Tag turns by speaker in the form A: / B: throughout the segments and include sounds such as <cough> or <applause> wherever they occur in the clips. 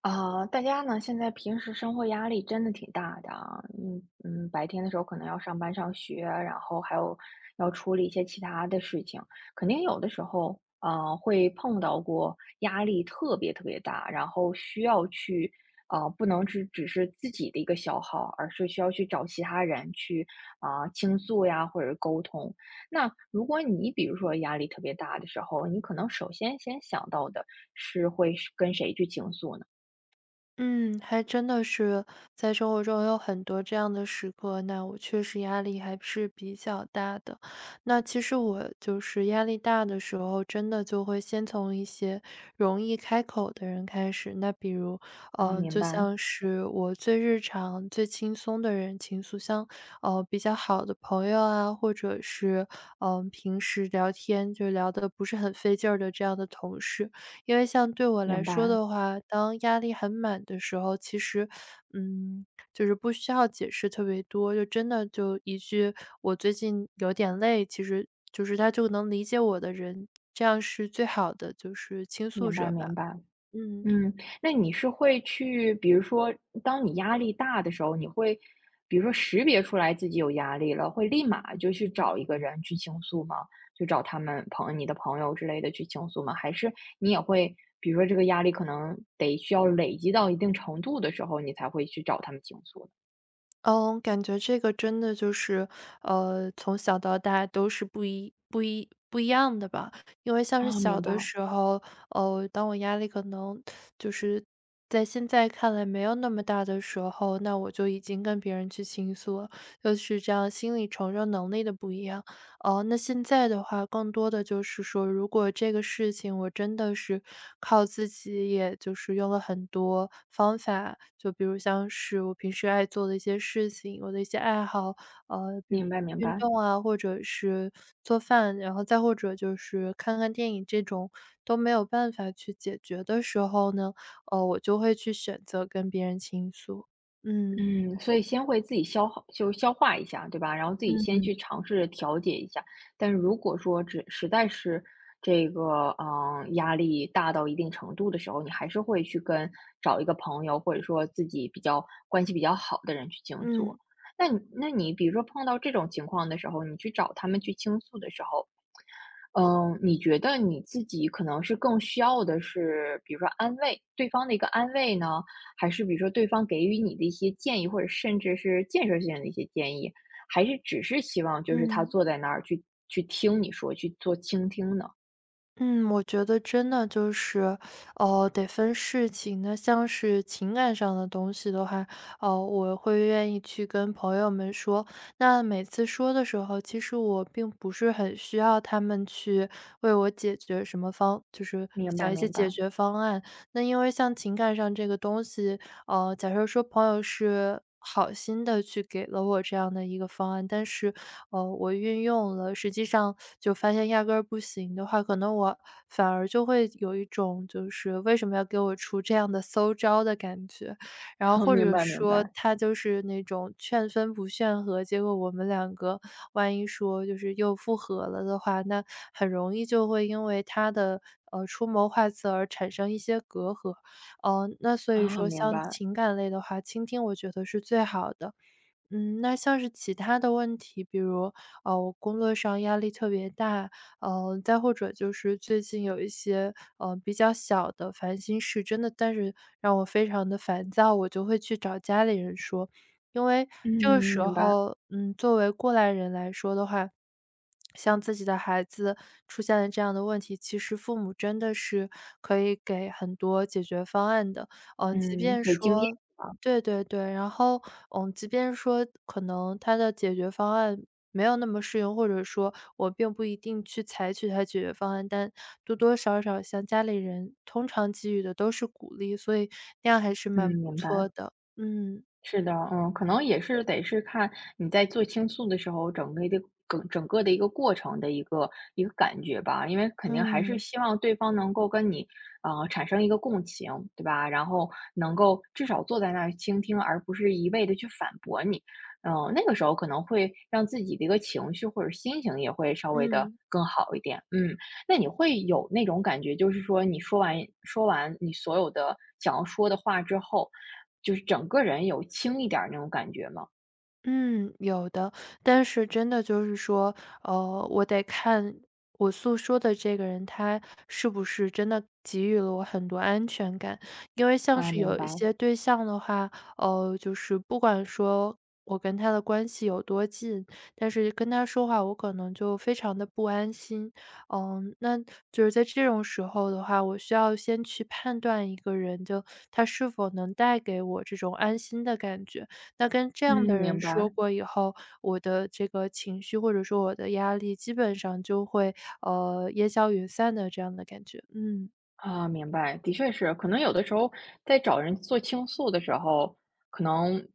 A: 啊，大家呢，现在平时生活压力真的挺大的啊，嗯嗯，白天的时候可能要上班上学，然后还有要处理一些其他的事情，肯定有的时候，会碰到过压力特别特别大，然后需要去，不能只是自己的一个消耗，而是需要去找其他人去啊，倾诉呀，或者沟通。那如果你比如说压力特别大的时候，你可能首先想到的。是会是跟谁去倾诉呢？
B: 嗯，还真的是在生活中有很多这样的时刻，那我确实压力还是比较大的。那其实我就是压力大的时候，真的就会先从一些容易开口的人开始。那比如，
A: 啊，明
B: 就
A: 白，
B: 像是我最日常、最轻松的人倾诉，像比较好的朋友啊，或者是平时聊天就聊得不是很费劲儿的这样的同事。因为像对我来
A: 明
B: 说
A: 白，
B: 的话，当压力很满的时候，其实，嗯，就是不需要解释特别多，就真的就一句"我最近有点累"，其实就是他就能理解我的人，这样是最好的，就是倾诉
A: 明白，
B: 者吧。
A: 明白。
B: 嗯。
A: 嗯，那你是会去，比如说，当你压力大的时候，你会，比如说识别出来自己有压力了，会立马就去找一个人去倾诉吗？就找他们朋友你的朋友之类的去倾诉吗？还是你也会，比如说这个压力可能得需要累积到一定程度的时候，你才会去找他们倾诉呢
B: 嗯，感觉这个真的就是，从小到大都是不一样的吧。因为像是
A: 啊，
B: 小
A: 明
B: 的
A: 白，
B: 时候，当我压力可能就是在现在看来没有那么大的时候，那我就已经跟别人去倾诉了，就是这样心理承受能力的不一样。哦，那现在的话，更多的就是说，如果这个事情我真的是靠自己，也就是用了很多方法，就比如像是我平时爱做的一些事情，我的一些爱好，比如
A: 明白，明
B: 运
A: 白。
B: 动啊，或者是做饭，然后再或者就是看看电影这种都没有办法去解决的时候呢，我就会去选择跟别人倾诉。嗯
A: 嗯，所以先会自己消化就消化一下，对吧？然后自己先
B: 嗯
A: 去尝试着调节一下。但是如果说只实在是这个，嗯，压力大到一定程度的时候，你还是会去跟找一个朋友，或者说自己比较关系比较好的人去倾诉。
B: 嗯
A: 那你比如说碰到这种情况的时候，你去找他们去倾诉的时候，嗯，你觉得你自己可能是更需要的是，比如说安慰，对方的一个安慰呢？还是比如说对方给予你的一些建议，或者甚至是建设性的一些建议？还是只是希望就是他
B: 嗯。
A: 坐在那儿去听你说，去做倾听呢？
B: 嗯，我觉得真的就是，哦，得分事情。那像是情感上的东西的话，哦，我会愿意去跟朋友们说。那每次说的时候，其实我并不是很需要他们去为我解决什么方，就是
A: 明
B: 想
A: 白
B: 一些
A: 明
B: 解
A: 白，
B: 决方案。那因为像情感上这个东西，假设说朋友是好心的去给了我这样的一个方案，但是我运用了，实际上就发现压根儿不行的话，可能我反而就会有一种就是为什么要给我出这样的馊招的感觉，然后
A: <laughs>
B: 或
A: 明
B: 者
A: 白明
B: 说
A: 白，
B: 他就是那种劝分不劝和，结果我们两个万一说就是又复合了的话，那很容易就会因为他的出谋划策而产生一些隔阂，那所以
A: 啊，
B: 说
A: 明
B: 像
A: 白，
B: 情感类的话，倾听我觉得是最好的，那像是其他的问题，比如，我工作上压力特别大，再或者就是最近有一些，比较小的烦心事，真的，但是让我非常的烦躁，我就会去找家里人说。因为
A: 嗯，
B: 这个时
A: 明白，
B: 候，作为过来人来说的话，像自己的孩子出现了这样的问题，其实父母真的是可以给很多解决方案的。嗯，即
A: 嗯，
B: 便
A: 给经验，
B: 说对对对，然后，即便说可能他的解决方案没有那么适用，或者说我并不一定去采取他解决方案，但多多少少像家里人通常给予的都是鼓励，所以那样还是
A: 嗯，
B: 蛮不
A: 明白。
B: 错的。嗯，
A: 是的，嗯，可能也是得是看你在做倾诉的时候，整个的整个的一个过程的一个一个感觉吧，因为肯定还是
B: 嗯，
A: 希望对方能够跟你产生一个共情，对吧？然后能够至少坐在那儿倾听，而不是一味的去反驳你。那个时候可能会让自己的一个情绪或者心情也会稍微的
B: 嗯。
A: 更好一点。嗯。那你会有那种感觉，就是说你说完你所有的想要说的话之后，就是整个人有轻一点儿那种感觉吗？
B: 嗯，有的，但是真的就是说，我得看我诉说的这个人，他是不是真的给予了我很多安全感。因为像
A: 啊，
B: 是
A: 明
B: 有一
A: 白。
B: 些对象的话，就是不管说我跟他的关系有多近，但是跟他说话，我可能就非常的不安心。那就是在这种时候的话，我需要先去判断一个人，就他是否能带给我这种安心的感觉。那跟这样
A: 嗯，
B: 的人
A: 明
B: 说
A: 白。
B: 过以后，我的这个情绪或者说我的压力基本上就会，烟消云散的这样的感觉，嗯。
A: 啊，明白，的确是，可能有的时候在找人做倾诉的时候，可能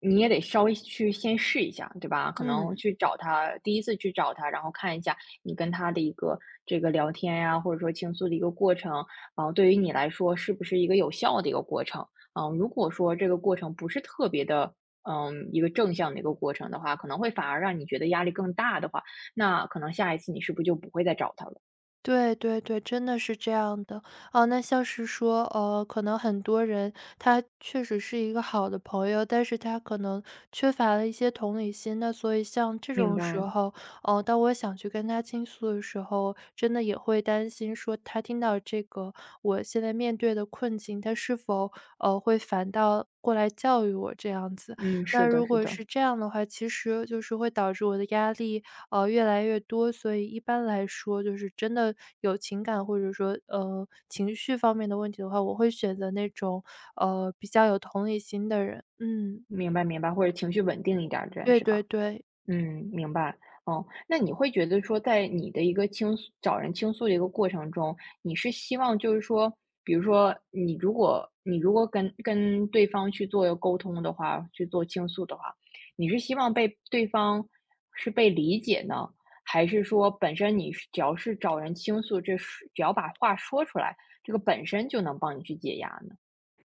A: 你也得稍微去先试一下，对吧？可能
B: 嗯。
A: 去找他，第一次去找他，然后看一下你跟他的一个这个聊天呀，或者说倾诉的一个过程，然后对于你来说是不是一个有效的一个过程？嗯，如果说这个过程不是特别的，嗯，一个正向的一个过程的话，可能会反而让你觉得压力更大的话，那可能下一次你是不是就不会再找他了？
B: 对对对，真的是这样的。哦，那像是说，可能很多人他确实是一个好的朋友，但是他可能缺乏了一些同理心。那所以像这
A: 明
B: 种时
A: 白，
B: 候，当我想去跟他倾诉的时候，真的也会担心说，他听到这个我现在面对的困境，他是否会反倒过来教育我这样子？
A: 嗯，
B: 那
A: 是的，
B: 如
A: 是
B: 果
A: 的。
B: 是这样的话，其实就是会导致我的压力越来越多，所以一般来说，就是真的有情感或者说，情绪方面的问题的话，我会选择那种，比较有同理心的人。嗯，
A: 明白明白，或者情绪稳定一点儿的人
B: 对
A: 是
B: 对
A: 吧？
B: 对。
A: 嗯，明白。哦，那你会觉得说，在你的一个倾诉找人倾诉的一个过程中，你是希望就是说，比如说你如果你如果跟对方去做沟通的话，去做倾诉的话，你是希望被对方是被理解呢，还是说本身你是只要是找人倾诉，这是只要把话说出来，这个本身就能帮你去解压呢？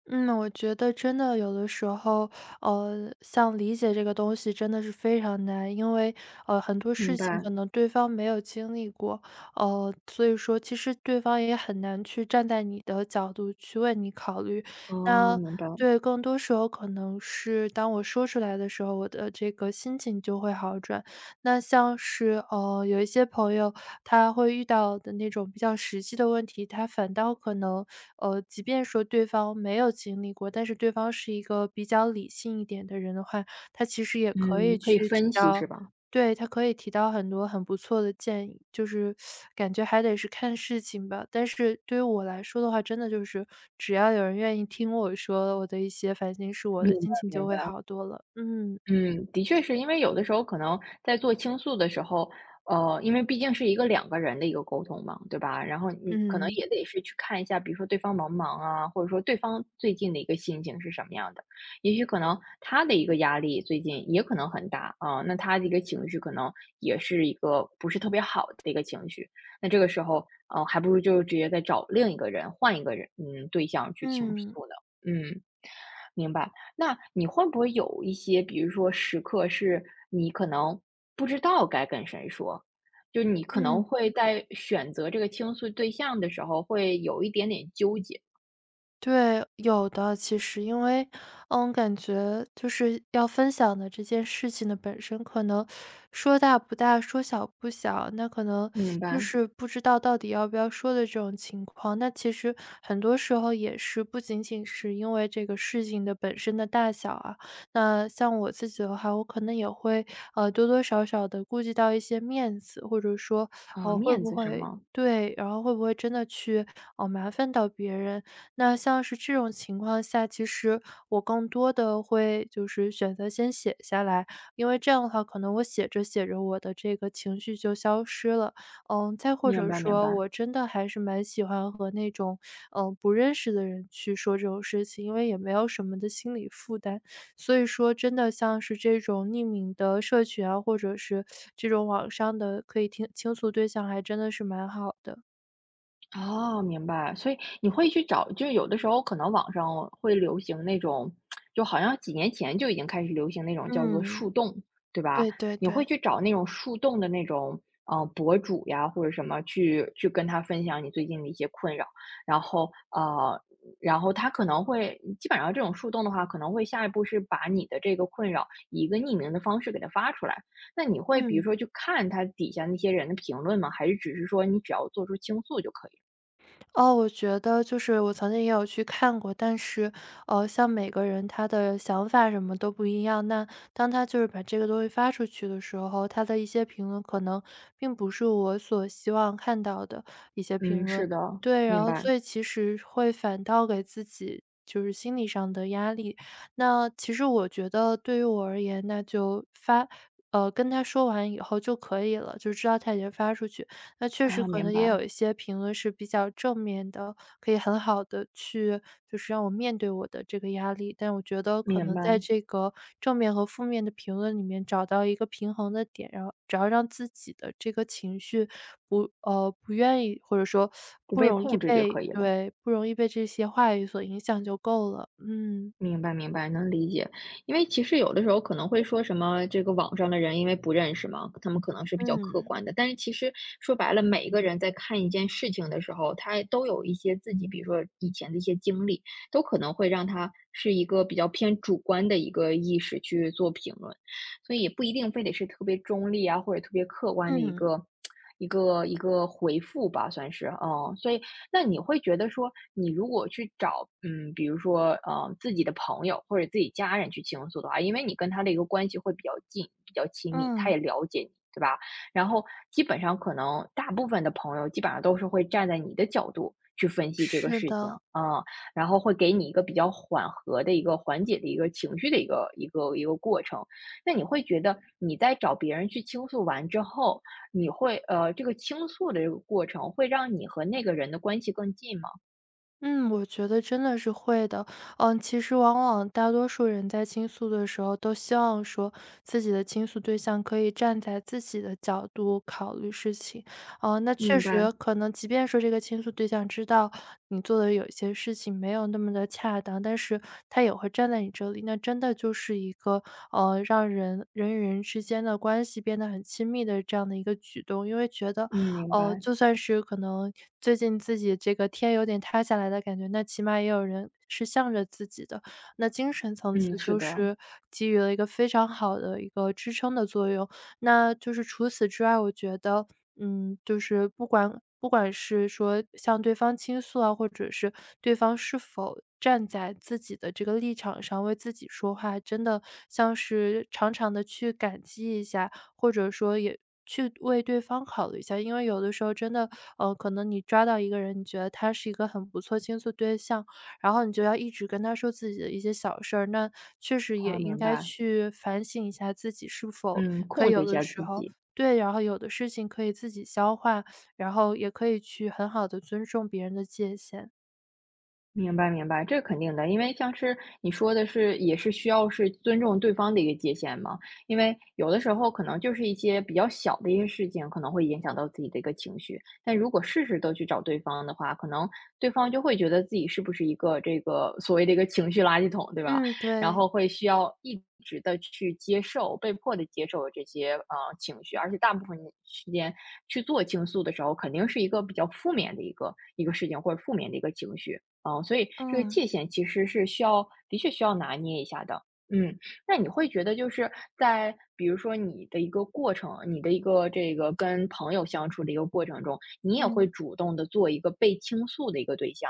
B: 嗯，我觉得真的有的时候，像理解这个东西真的是非常难，因为很多
A: 明
B: 事情
A: 白，
B: 可能对方没有经历过，所以说其实对方也很难去站在你的角度去为你考虑。
A: 哦，
B: 那
A: 明白。
B: 对，更多时候可能是当我说出来的时候，我的这个心情就会好转，那像是，有一些朋友他会遇到的那种比较实际的问题，他反倒可能，即便说对方没有经历过，但是对方是一个比较理性一点的人的话，他其实也可以
A: 嗯，可以
B: 去提
A: 分析是
B: 到
A: 吧？
B: 对，他可以提到很多很不错的建议，就是感觉还得是看事情吧。但是对于我来说的话，真的就是只要有人愿意听我说我的一些烦心事，我
A: 明
B: 的心
A: 白
B: 情就
A: 明
B: 会
A: 白。
B: 好多了。嗯。
A: 嗯，的确是因为有的时候可能在做倾诉的时候，因为毕竟是一个两个人的一个沟通嘛，对吧？然后你可能
B: 嗯。
A: 也得是去看一下，比如说对方忙不忙啊，或者说对方最近的一个心情是什么样的。也许可能他的一个压力最近也可能很大啊，那他的一个情绪可能也是一个不是特别好的一个情绪。那这个时候，还不如就直接再找另一个人，换一个人，嗯，对象去倾
B: 嗯，
A: 诉呢。嗯，明白。那你会不会有一些，比如说时刻是你可能不知道该跟谁说，就你可
B: 嗯，
A: 能
B: 嗯
A: 会在选择这个倾诉对象的时候，会有一点点纠结。
B: 对，有的。其实因为，感觉就是要分享的这件事情的本身，可能说大不大，说小不小，那可能
A: 明
B: 就
A: 白，
B: 是不知道到底要不要说的这种情况。那其实很多时候也是不仅仅是因为这个事情的本身的大小啊，那像我自己的话，我可能也会多多少少的顾及到一些面子，或者说，
A: 啊，
B: 会
A: 面
B: 不
A: 子是
B: 会
A: 吗？
B: 对，然后会不会真的去麻烦到别人？那像是这种情况下，其实我更多的会就是选择先写下来，因为这样的话，可能我写着写着我的这个情绪就消失了。再或
A: 明
B: 者
A: 白明
B: 说
A: 白。
B: 我真的还是蛮喜欢和那种，不认识的人去说这种事情，因为也没有什么的心理负担。所以说真的像是这种匿名的社群啊，或者是这种网上的可以倾诉对象还真的是蛮好的。
A: 哦，明白。所以你会去找就是有的时候可能网上会流行那种，就好像几年前就已经开始流行那种叫做树
B: 嗯，
A: 洞，对吧？
B: 对对
A: 你会
B: 对，
A: 去找那种树洞的那种，博主呀或者什么去跟他分享你最近的一些困扰，然后，然后他可能会基本上这种树洞的话，可能会下一步是把你的这个困扰以一个匿名的方式给他发出来。那你会比如
B: 嗯。
A: 说去看他底下那些人的评论吗？还是只是说你只要做出倾诉就可以了
B: 哦，我觉得就是我曾经也有去看过，但是，像每个人他的想法什么都不一样，那当他就是把这个东西发出去的时候，他的一些评论可能并不是我所希望看到的一些评
A: 嗯，
B: 论。
A: 是的，
B: 对，然
A: 明
B: 后
A: 白，
B: 所以其实会反倒给自己就是心理上的压力。那其实我觉得对于我而言，那就发呃，跟他说完以后就可以了，就知道他已经发出去。那确实
A: 啊，
B: 可
A: 明
B: 能
A: 白，
B: 也有一些评论是比较正面的，可以很好的去就是让我面对我的这个压力。但我觉得可
A: 明
B: 能在
A: 白，
B: 这个正面和负面的评论里面找到一个平衡的点，然后只要让自己的这个情绪不，不愿意或者说
A: 不
B: 不
A: 被
B: 容易
A: 控制就可
B: 被
A: 以了。
B: 对，不容易被这些话语所影响就够了。嗯，
A: 明白明白，能理解。因为其实有的时候可能会说什么，这个网上的人因为不认识嘛，他们可能是比较客
B: 嗯，
A: 观的。但是其实说白了，每一个人在看一件事情的时候，他都有一些自己，比如说以前的一些经历，都可能会让他是一个比较偏主观的一个意识去做评论，所以也不一定非得是特别中立啊，或者特别客观的一
B: 嗯，
A: 个。一个一个回复吧，算是嗯，所以那你会觉得说，你如果去找，嗯，比如说，自己的朋友或者自己家人去倾诉的话，因为你跟他的一个关系会比较近、比较亲密，他
B: 嗯，
A: 也了解你，对吧？然后基本上可能大部分的朋友基本上都是会站在你的角度去分析这个
B: 是
A: 事情，
B: 的。
A: 啊，然后会给你一个比较缓和的一个缓解的一个情绪的一个一个过程。那你会觉得你在找别人去倾诉完之后，你会这个倾诉的这个过程会让你和那个人的关系更近吗？
B: 嗯，我觉得真的是会的。其实往往大多数人在倾诉的时候，都希望说自己的倾诉对象可以站在自己的角度考虑事情。啊，那确
A: 明白，
B: 实可能，即便说这个倾诉对象知道你做的有些事情没有那么的恰当，但是他也会站在你这里。那真的就是一个让人与人之间的关系变得很亲密的这样的一个举动，因为觉得
A: 嗯，明
B: 哦，
A: 白，
B: 就算是可能最近自己这个天有点塌下来的感觉，那起码也有人是向着自己的。那精神层
A: 嗯，
B: 次
A: 是
B: 就
A: 的，
B: 是给予了一个非常好的一个支撑的作用。那就是除此之外，我觉得，就是不管是说向对方倾诉啊，或者是对方是否站在自己的这个立场上为自己说话，真的像是常常的去感激一下，或者说也去为对方考虑一下。因为有的时候真的，可能你抓到一个人，你觉得他是一个很不错倾诉对象，然后你就要一直跟他说自己的一些小事儿，那确实也
A: 啊，
B: 应
A: 明
B: 该
A: 白，
B: 去反省一下自己是否
A: 嗯，
B: 可以
A: 控
B: 有
A: 制一
B: 的
A: 下
B: 时
A: 自
B: 候
A: 己。
B: 对，然后有的事情可以自己消化，然后也可以去很好的尊重别人的界限。
A: 明白明白，这肯定的，因为像是你说的是，也是需要是尊重对方的一个界限嘛。因为有的时候可能就是一些比较小的一些事情，可能会影响到自己的一个情绪。但如果事事都去找对方的话，可能对方就会觉得自己是不是一个这个所谓的一个情绪垃圾桶，对吧？
B: 嗯，
A: 然
B: 对，
A: 后会需要一直的去接受，被迫的接受这些情绪，而且大部分时间去做倾诉的时候，肯定是一个比较负面的一个一个事情或者负面的一个情绪。嗯所以这个
B: 嗯，
A: 界限其实是需要的确需要拿捏一下的。嗯，那你会觉得就是在比如说你的一个过程，你的一个这个跟朋友相处的一个过程中，你也会
B: 嗯。
A: 主动的做一个被倾诉的一个对象。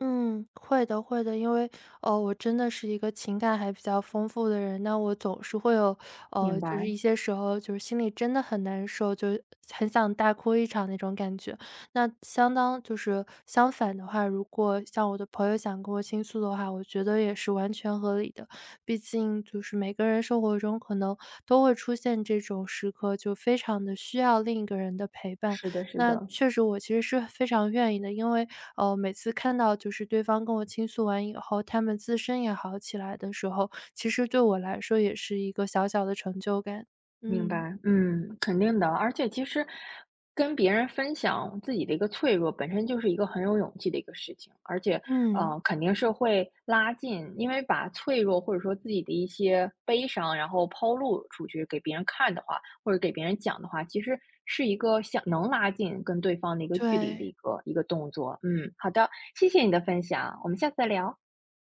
B: 嗯，会的会的，因为，哦，我真的是一个情感还比较丰富的人，那我总是会有，
A: 明
B: 就是
A: 白，
B: 一些时候就是心里真的很难受，就很想大哭一场那种感觉。那相当就是相反的话，如果像我的朋友想跟我倾诉的话，我觉得也是完全合理的。毕竟就是每个人生活中可能都会出现这种时刻，就非常的需要另一个人的陪伴。
A: 是的是
B: 那
A: 的。
B: 确实我其实是非常愿意的，因为，每次看到就是对方跟我倾诉完以后，他们自身也好起来的时候，其实对我来说也是一个小小的成就感。
A: 明
B: 嗯，
A: 白，嗯，肯定的。而且其实跟别人分享自己的一个脆弱，本身就是一个很有勇气的一个事情，而且
B: 嗯，
A: 肯定是会拉近，因为把脆弱或者说自己的一些悲伤，然后抛露出去给别人看的话，或者给别人讲的话，其实是一个想能拉近跟对方的一个距离的
B: 对。
A: 一个一个动作。嗯，好的，谢谢你的分享，我们下次再聊。